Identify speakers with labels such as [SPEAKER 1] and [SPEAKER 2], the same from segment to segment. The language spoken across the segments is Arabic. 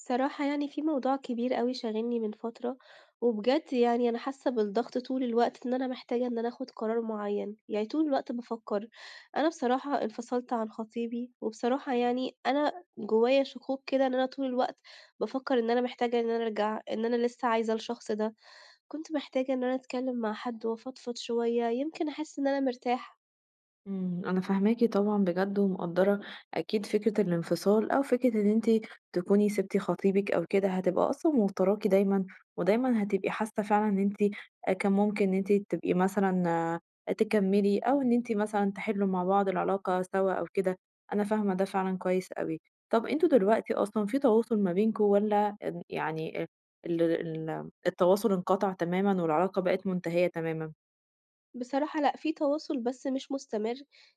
[SPEAKER 1] صراحة يعني في موضوع كبير أوي شاغلني من فترة، وبجد يعني أنا حاسة بالضغط طول الوقت إن أنا محتاجة إن أنا آخد قرار معين، يعني طول الوقت بافكر. أنا بصراحة انفصلت عن خطيبي، وبصراحة يعني أنا جوايا شكوك كده إن أنا طول الوقت بافكر إن أنا محتاجة إن أنا أرجع، إن أنا لسه عايزة الشخص ده، كنت محتاجة إن أنا أتكلم مع حد وأفضفض شوية، يمكن أحس إن أنا مرتاحة.
[SPEAKER 2] أنا فاهماكِ طبعًا بجد ومقدّرة. أكيد فكرة الانفصال، أو فكرة إن أنتِ تكوني سِبتِ خطيبِك أو كده، هتبقى أصلًا موتّراكِ دايمًا، ودايمًا هتبقي حاسة فعلًا إن أنتِ كان ممكن إن أنتِ تبقي مثلًا، تكمّلي، أو إن أنتِ مثلًا تحلّوا مع بعض العلاقة سوا أو كده. أنا فاهمة ده فعلًا كويس أوي. طَب أنتم دلوقتي أصلًا في تواصل ما بينكم، والّا إن يعني ال التواصل انقطع تمامًا والعلاقة بقت منتهية تمامًا؟
[SPEAKER 1] بصراحة لأ، في تواصل بس مش مستمر،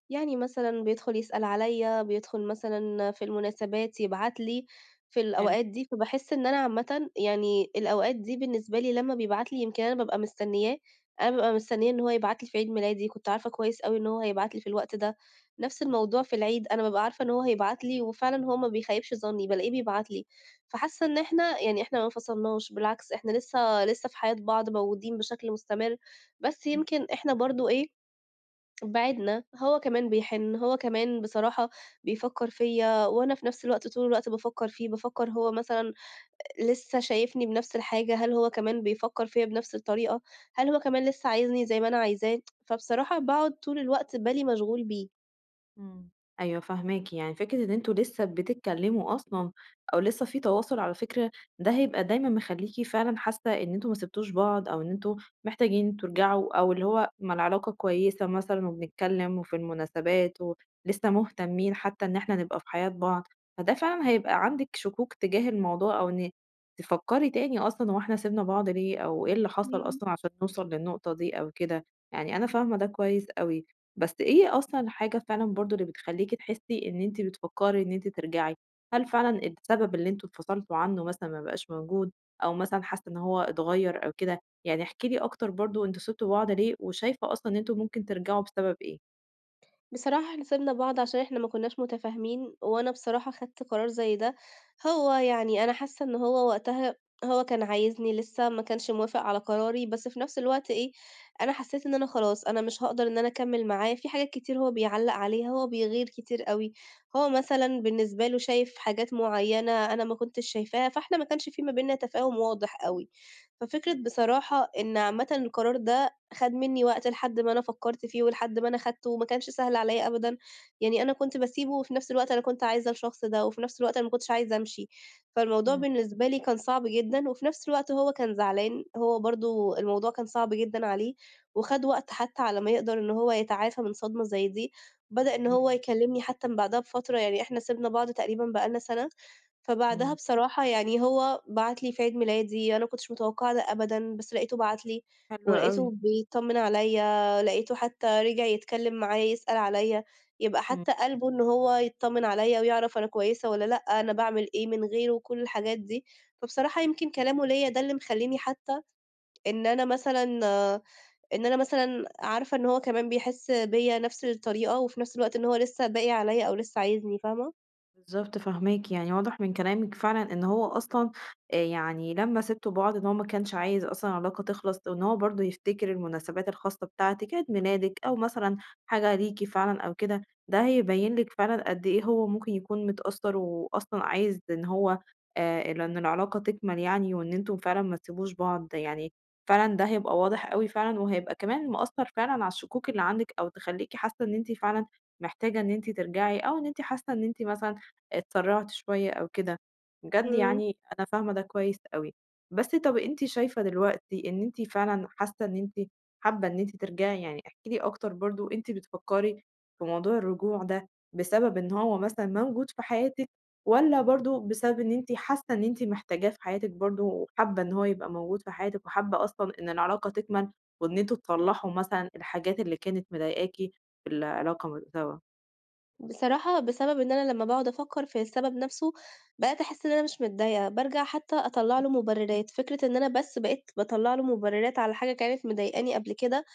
[SPEAKER 1] يعني مثلًا بيدخل يسأل عليَّ، بيدخل مثلًا في المناسبات يبعت لي في
[SPEAKER 2] حلو.
[SPEAKER 1] الأوقات دي، فباحس إن أنا عامةً يعني الأوقات دي بالنسبة لي لمّا بيبعت لي يمكن أنا بابقى مستنياه، أنا بابقى مستنية إن هو يبعت لي في عيد ميلادي، كنت عارفة كويس أوي إن هو هيبعت لي في الوقت ده، نفس الموضوع في العيد، أنا بابقى عارفة إن هو هيبعت لي وفعلًا هو ما بيخيبش ظني، بالاقيه بيبعت لي، فحاسة إن إحنا ما انفصلناش، بالعكس إحنا لسه في حياة بعض موجودين بشكل مستمر. بس يمكن إحنا برضه إيه، بعِدنا، هو كمان بيحِن، هو كمان بصراحة بيفكّر فيّا وأنا في نفس الوقت طول الوقت بافكّر فيه، بافكّر هو مثلًا لسه شايفني بنفس الحاجة، هل هو كمان بيفكّر فيّا بنفس الطريقة، هل هو كمان لسه عايزني زي ما أنا عايزاه، فبصراحة باقعُد طول الوقت بالي مشغول بيه.
[SPEAKER 2] إمم. أيوه، فاهماكِ. يعني فكرة إن أنتم لسه بتتكلموا أصلًا، أو لسه في تواصل على فكرة، ده هيبقى دايمًا مخلّيكِ فعلًا حاسة إن أنتم ما سبتوش بعض، أو إن أنتم محتاجين ترجعوا، أو اللي هو ما العلاقة كويسة مثلًا، وبنتكلم وفي المناسبات، ولسه مهتمين حتى إن إحنا نبقى في حياة بعض. فده فعلًا هيبقى عندِك شكوك تجاه الموضوع، أو إن تفكّري تاني أصلًا هو إحنا سِبنا بعض ليه، أو إيه اللي حصل
[SPEAKER 1] إمم.
[SPEAKER 2] أصلًا عشان نوصل للنقطة دي أو كده. يعني أنا فاهمة ده كويس أوي. بس إيه أصلًا الحاجة فعلًا برضه اللي بتخلّيكِ تحسّي إن أنتِ بتفكّري إن أنتِ ترجعي؟ هل فعلًا السبب اللي أنتم انفصلتوا عنّه مثلًا ما بقاش موجود، أو مثلًا حاسّة إن هو اتغيّر أو كده؟ يعني احكي لي أكتر، برضه أنتم سِبتوا بعض ليه، وشايفة أصلًا إن أنتم ممكن ترجعوا بسبب إيه؟
[SPEAKER 1] بصراحة إحنا سِبنا بعض عشان إحنا ما كُنّاش متفاهمين، وأنا بصراحة خدت قرار زي ده، هو يعني أنا حاسّة إن هو وقتها هو كان عايزني لسه ما كانش موافق على قراري، بس في نفس الوقت إيه، أنا حسّيت إن أنا خلاص أنا مش هاقدر إن أنا أكمّل معاه، في حاجات كتير هو بيعلّق عليها، هو بيغِير كتير أوي، هو مثلًا بالنسبة له شايف حاجات معيّنة أنا ما كنتش شايفاها، فإحنا ما كانش في ما بيننا تفاهم واضح أوي، ففكرة بصراحة إن عامةً القرار ده خَد منّي وقت لحد ما أنا فكّرت فيه ولحد ما أنا خدته وما كانش سهل عليّا أبدًا، يعني أنا كنت باسيبه وفي نفس الوقت أنا كنت عايزة الشخص ده، وفي نفس الوقت أنا ما كنتش عايزة أمشي، فالموضوع
[SPEAKER 2] إمم.
[SPEAKER 1] بالنسبة لي كان صعب جدًا، وفي نفس الوقت هو كان زعلان، هو برضه الموضوع كان صعب جدًا عليه، وخَد وقت حتى على ما يقدر إن هو يتعافى من صدمة زي دي، بدأ إن هو
[SPEAKER 2] فاهماكِ.
[SPEAKER 1] يكلمني حتى من بعدها بفترة، يعني إحنا سِبنا بعض تقريبًا بقى لنا سَنة، فبعدها
[SPEAKER 2] إمم.
[SPEAKER 1] بصراحة يعني هو بعت لي في عيد ميلادي، أنا ما كنتش متوقعة ده أبدًا، بس لقيته بعت لي.
[SPEAKER 2] حلو أوي.
[SPEAKER 1] ولقيته بيطمّن عليَّ، لقيته حتى رجع يتكلّم معايا، يسأل عليَّ، يبقى حتى قلبه إن هو يتطمّن عليَّ ويعرف أنا كويسة والّا لأ، أنا باعمل إيه من غيره، كل الحاجات دي. فبصراحة يمكن كلامه ليّا ده اللي مخلّيني حتى إن أنا مثلًا آه، إن أنا مثلًا عارفة إن هو كمان بيحس بيّا نفس الطريقة، وفي نفس الوقت إن هو لسه باقي عليَّ أو لسه عايزني، فاهمة؟
[SPEAKER 2] بالضبط فاهماكِ، يعني واضح من كلامِك فعلًا إن هو أصلًا يعني لمّا سِبتوا بعض، إن هو ما كانش عايز أصلًا العلاقة تخلص، وإن هو برضه يفتكر المناسبات الخاصة بتاعتِك، عيد ميلادِك، أو مثلًا حاجة ليكِ فعلًا أو كده. ده هيبين لِك فعلًا قد إيه هو ممكن يكون متأثّر وأصلًا عايز إن هو ال إن العلاقة تكمل، يعني وإن أنتم فعلًا ما تسيبوش بعض. يعني فعلًا ده هيبقى واضح أوي فعلًا، وهيبقى كمان مأثّر فعلًا على الشكوك اللي عندِك، أو تخلّيكِ حاسة إن أنتِ فعلًا محتاجة إن أنتِ ترجعي، أو إن أنتِ حاسة إن أنتِ مثلًا اتسرّعت شوية أو كده. بجد
[SPEAKER 1] إمم.
[SPEAKER 2] يعني أنا فاهمة ده كويس أوي. بس طَب أنتِ شايفة دلوقتي إن أنتِ فعلًا حاسة إن أنتِ حابة إن أنتِ ترجعي؟ يعني احكي لي أكتر، برضه أنتِ بتفكّري في موضوع الرجوع ده بسبب إن هو مثلًا موجود في حياتِك، والّا برضه بسبب إن أنتِ حاسة إن أنتِ محتاجاه في حياتِك برضه، وحابة إن هو يبقى موجود في حياتِك، وحابة أصلًا إن العلاقة تكمل، وإن أنتم تصلّحوا مثلًا الحاجات اللي كانت مضايقاكِ في العلاقة سوا؟
[SPEAKER 1] بصراحة بسبب إن أنا لمّا باقعد أفكّر في السبب نَفْسه، بقيت أحس إن أنا مش متضايقة، بارجع حتى أطلّع له مُبرِّرات، فكرة إن أنا بس بقيت باطلّع له مُبرِّرات على حاجة كانت مضايقاني قبل كده،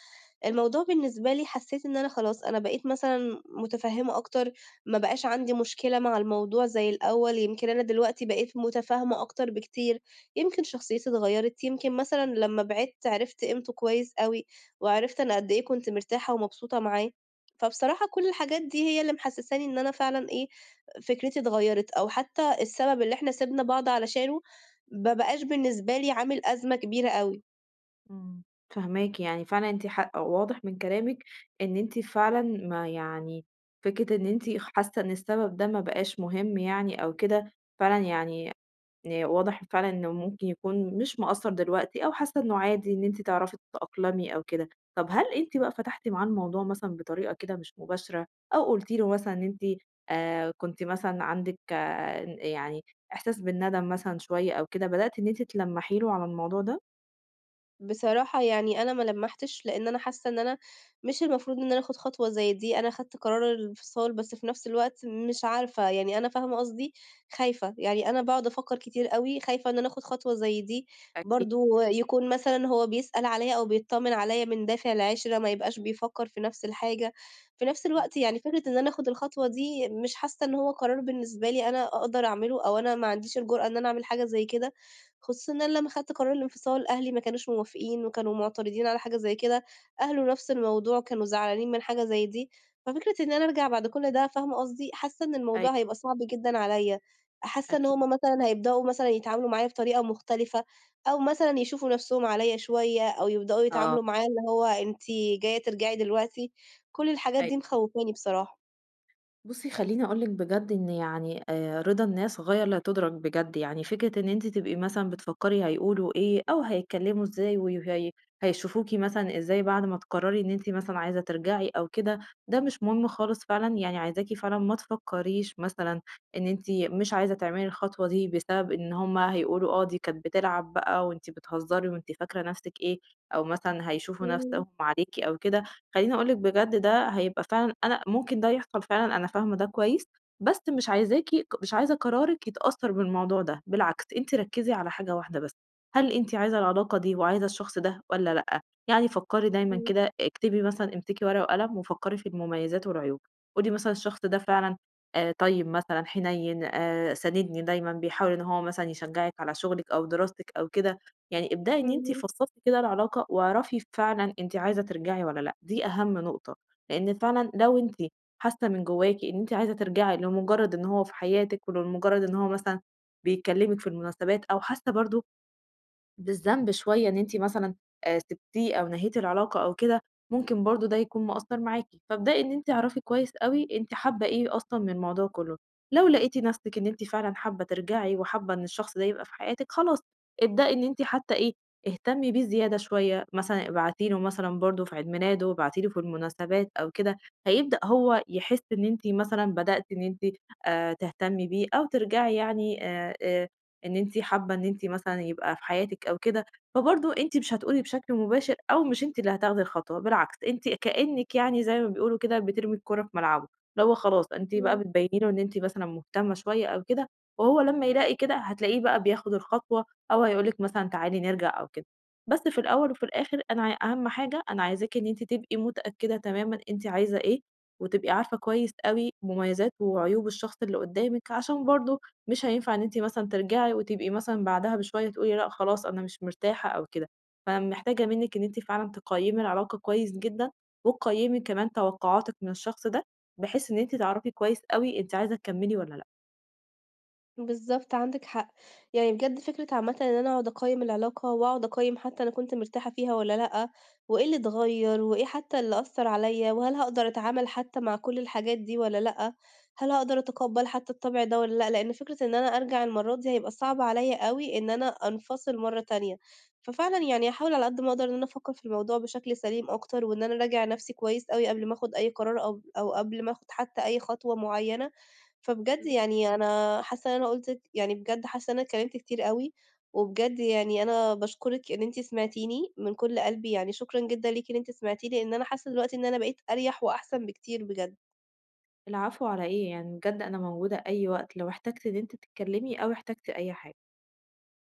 [SPEAKER 1] الموضوع بالنسبة لي حسّيت إن أنا خلاص، أنا بقيت مثلًا مُتفهِّمة أكتر، ما بقاش عندي مشكلة مع الموضوع زي الأول، يمكن أنا دلوقتي بقيت مُتفاهمة أكتر بكتير، يمكن شخصيتي اتغيّرت، يمكن مثلًا لمّا بعدت عرفت قيمته كويس أوي، وعرفت أنا قد إيه كنت مرتاحة ومبسوطة معاه، فبصراحة كل الحاجات دي هي اللي محسّساني إن أنا فعلًا إيه، فكرتي اتغيّرت، أو حتى السبب اللي إحنا سِبنا بعض علشانه ما بقاش بالنسبة لي عامل أزمة كبيرة أوي.
[SPEAKER 2] إمم، فاهماكِ، يعني فعلًا أنتِ واضح من كلامِك إن أنتِ فعلًا، ما يعني فكرة إن أنتِ حاسة إن السبب ده ما بقاش مهم، يعني أو كده. فعلًا يعني واضح فعلًا إنه ممكن يكون مش مأثّر دلوقتي، أو حاسة إنه عادي إن أنتِ تعرفي تتأقلمي أو كده. طب هل أنتِ بقى فتحتِ معاه الموضوع مثلًا بطريقة كده مش مباشرة، أو قلتِ له مثلًا إن أنتِ كنتِ مثلًا عندِك يعني إحساس بالندم مثلًا شوية أو كده، بدأتِ إن أنتِ تلمّحي له على الموضوع ده؟
[SPEAKER 1] بصراحة يعني أنا ما لمّحتش، لإن أنا حاسة إن أنا مش المفروض إن أنا آخُد خطوة زي دي، أنا خدت قرار الانفصال، بس في نفس الوقت مش عارفة، يعني أنا فاهمة قصدي، خايفة، يعني أنا باقعد أفكّر كتير أوي، خايفة إن أنا آخُد خطوة زي دي،
[SPEAKER 2] أكيد.
[SPEAKER 1] برضه يكون مثلًا هو بيسأل عليّا أو بيطّمن عليّا من دافع العِشرة، ما يبقاش بيفكّر في نفس الحاجة، في نفس الوقت يعني فكرة إن أنا آخُد الخطوة دي مش حاسة إن هو قرار بالنسبة لي أنا أقدر أعمله أو أنا ما عنديش الجرأة إن أنا أعمل حاجة زي كده، خصوصًا إن أنا لمّا خدت قرار الانفصال، أهلي ما كانوش موافقين وكانوا معترضين على حاجة زي كده، أهله نفس الموضوع كانوا زعلانين من حاجة زي دي، ففكرة إن أنا أرجع بعد كل ده فاهمة قصدي، حاسة إن الموضوع
[SPEAKER 2] أيوه،
[SPEAKER 1] هيبقى صعب جدًا عليَّ، حاسة إن هُم
[SPEAKER 2] أكيد.
[SPEAKER 1] مثلًا هيبدؤوا مثلًا يتعاملوا معايا بطريقة مختلفة، أو مثلًا يشوفوا نفسهم عليَّ شوية، أو يبدؤوا يتعاملوا
[SPEAKER 2] آه،
[SPEAKER 1] معايا اللي هو أنتِ جاية ترجعي دلوقتي، كل الحاجات دي
[SPEAKER 2] أيوه.
[SPEAKER 1] مخوفاني بصراحة.
[SPEAKER 2] بُصّي، خلّيني أقول لِك بجد إن يعني رضا الناس غاية لا تُدرك بجد. يعني فكرة إن أنتِ تبقي مثلًا بتفكّري هيقولوا إيه، أو هيتكلّموا إزاي، وهي هيشوفوكِ مثلًا إزاي بعد ما تقرّري إن أنتِ مثلًا عايزة ترجعي أو كده، ده مش مهم خالص فعلًا. يعني عايزاكِ فعلًا ما تفكّريش مثلًا إن أنتِ مش عايزة تعملي الخطوة دي بسبب إن هُم هيقولوا، آه دي كانت بتلعب بقى، وأنتِ بتهزّري، وأنتِ فاكرة نَفْسِك إيه، أو مثلًا هيشوفوا
[SPEAKER 1] إمم،
[SPEAKER 2] نَفْسهم عليكِ أو كده. خلّيني أقول لِك بجد، ده هيبقى فعلًا، أنا ممكن ده يحصل فعلًا، أنا فاهمة ده كويس. بس مش عايزاكِ، مش عايزة قرارِك يتأثّر بالموضوع ده، بالعكس أنتِ ركّزي على حاجة واحدة بس، هل أنتِ عايزة العلاقة دي وعايزة الشخص ده والّا لأ؟ يعني فكّري دايمًا
[SPEAKER 1] إمم،
[SPEAKER 2] كده، اكتبي مثلًا، امسكي ورقة وقلم، وفكّري في المميزات والعيوب. قولي مثلًا الشخص ده فعلًا، طيب مثلًا، حنيّن، ساندني دايمًا، بيحاول إن هو مثلًا يشجّعِك على شغلِك أو دراستِك أو كده. يعني ابدأي إن أنتِ
[SPEAKER 1] إمم،
[SPEAKER 2] فصصتِ كده العلاقة، واعرفي فعلًا أنتِ عايزة ترجعي والّا لأ، دي أهم نقطة. لأن فعلًا لو أنتِ حاسة من جواكِ إن أنتِ عايزة ترجعي لمجرد إن هو في حياتِك، ولمجرد إن هو مثلًا بيكلمِك في المناسبات، أو حاسة برضه بالذنب شوية إن أنتِ مثلًا سِبتيه أو نهيتِ العلاقة أو كده، ممكن برضه ده يكون مأثّر معاكِ. فابدئي إن أنتِ اعرفي كويس أوي أنتِ حابة إيه أصلًا من الموضوع كلّه. لو لقيتِ نَفْسِك إن أنتِ فعلًا حابة ترجعي وحابة إن الشخص ده يبقى في حياتِك، خلاص ابدئي إن أنتِ حتى إيه، اهتمي بيه زيادة شوية، مثلًا ابعتي له مثلًا برضه في عيد ميلاده، ابعتي له في المناسبات أو كده. هيبدأ هو يحس إن أنتِ مثلًا بدأتِ إن أنتِ تهتمي بيه أو ترجعي، يعني إن أنتِ حابة إن أنتِ مثلًا يبقى في حياتِك أو كده. فبرضه أنتِ مش هتقولي بشكل مباشر، أو مش أنتِ اللي هتاخدي الخطوة، بالعكس أنتِ كأنِك يعني زي ما بيقولوا كده بترمي الكورة في ملعبه، اللي هو خلاص أنتِ بقى
[SPEAKER 1] إمم.
[SPEAKER 2] بتبيّني له إن أنتِ مثلًا مهتمة شوية أو كده. وهو لمّا يلاقي كده هتلاقيه بقى بياخد الخطوة، أو هيقول لِك مثلًا تعالي نرجع أو كده. بس في الأول وفي الآخر، أنا أهم حاجة، أنا عايزاكِ إن أنتِ تبقي متأكدة تمامًا أنتِ عايزة إيه، وتبقي عارفة كويس أوي مميزات وعيوب الشخص اللي قدامِك. عشان برضه مش هينفع إن أنتِ مثلًا ترجعي، وتبقي مثلًا بعدها بشوية تقولي لأ خلاص أنا مش مرتاحة أو كده. فمحتاجة منِّك إن أنتِ فعلًا تقيّمي العلاقة كويس جدًا، وتقيّمي كمان توقعاتِك من الشخص ده، بحيث إن أنتِ تعرفي كويس أوي أنتِ عايزة تكمّلي والّا لأ.
[SPEAKER 1] بالضبط، عندِك حق. يعني بجد فكرة عامةً إن أنا أقعد أقيّم العلاقة وأقعد أقيّم حتى أنا كنت مرتاحة فيها والّا لأ، وإيه اللي اتغيّر، وإيه حتى اللي أثّر عليَّ، وهل هاقدر أتعامل حتى مع كل الحاجات دي والّا لأ، هل هاقدر أتقبّل حتى الطبع ده والّا لأ، لإن فكرة إن أنا أرجع المرّة دي هيبقى صعب عليَّ أوي إن أنا أنفصل مرّة تانية. ففعلًا يعني هاحاول على قد ما أقدر إن أنا أفكّر في الموضوع بشكل سليم أكتر، وإن أنا أراجع نَفْسي كويس أوي قبل ما آخُد أي قرار أو قبل ما آخُد حتى أي خطوة معيّنة. فبجد
[SPEAKER 2] بالضبط.
[SPEAKER 1] يعني أنا حاسة إن أنا قُلت يعني بجد حاسة إن أنا اتكلمت كتير أوي، وبجد يعني أنا باشكرِك إن أنتِ سمعتيني من كل قلبي، يعني شكرًا جدًا ليكِ إن أنتِ سمعتيني، لإن أنا حاسة دلوقتي إن أنا بقيت أريح وأحسن بكتير بجد.
[SPEAKER 2] العفو على إيه يعني، بجد أنا موجودة أي وقت لو احتجتِ إن أنتِ تتكلمي أو احتجتِ أي حاجة.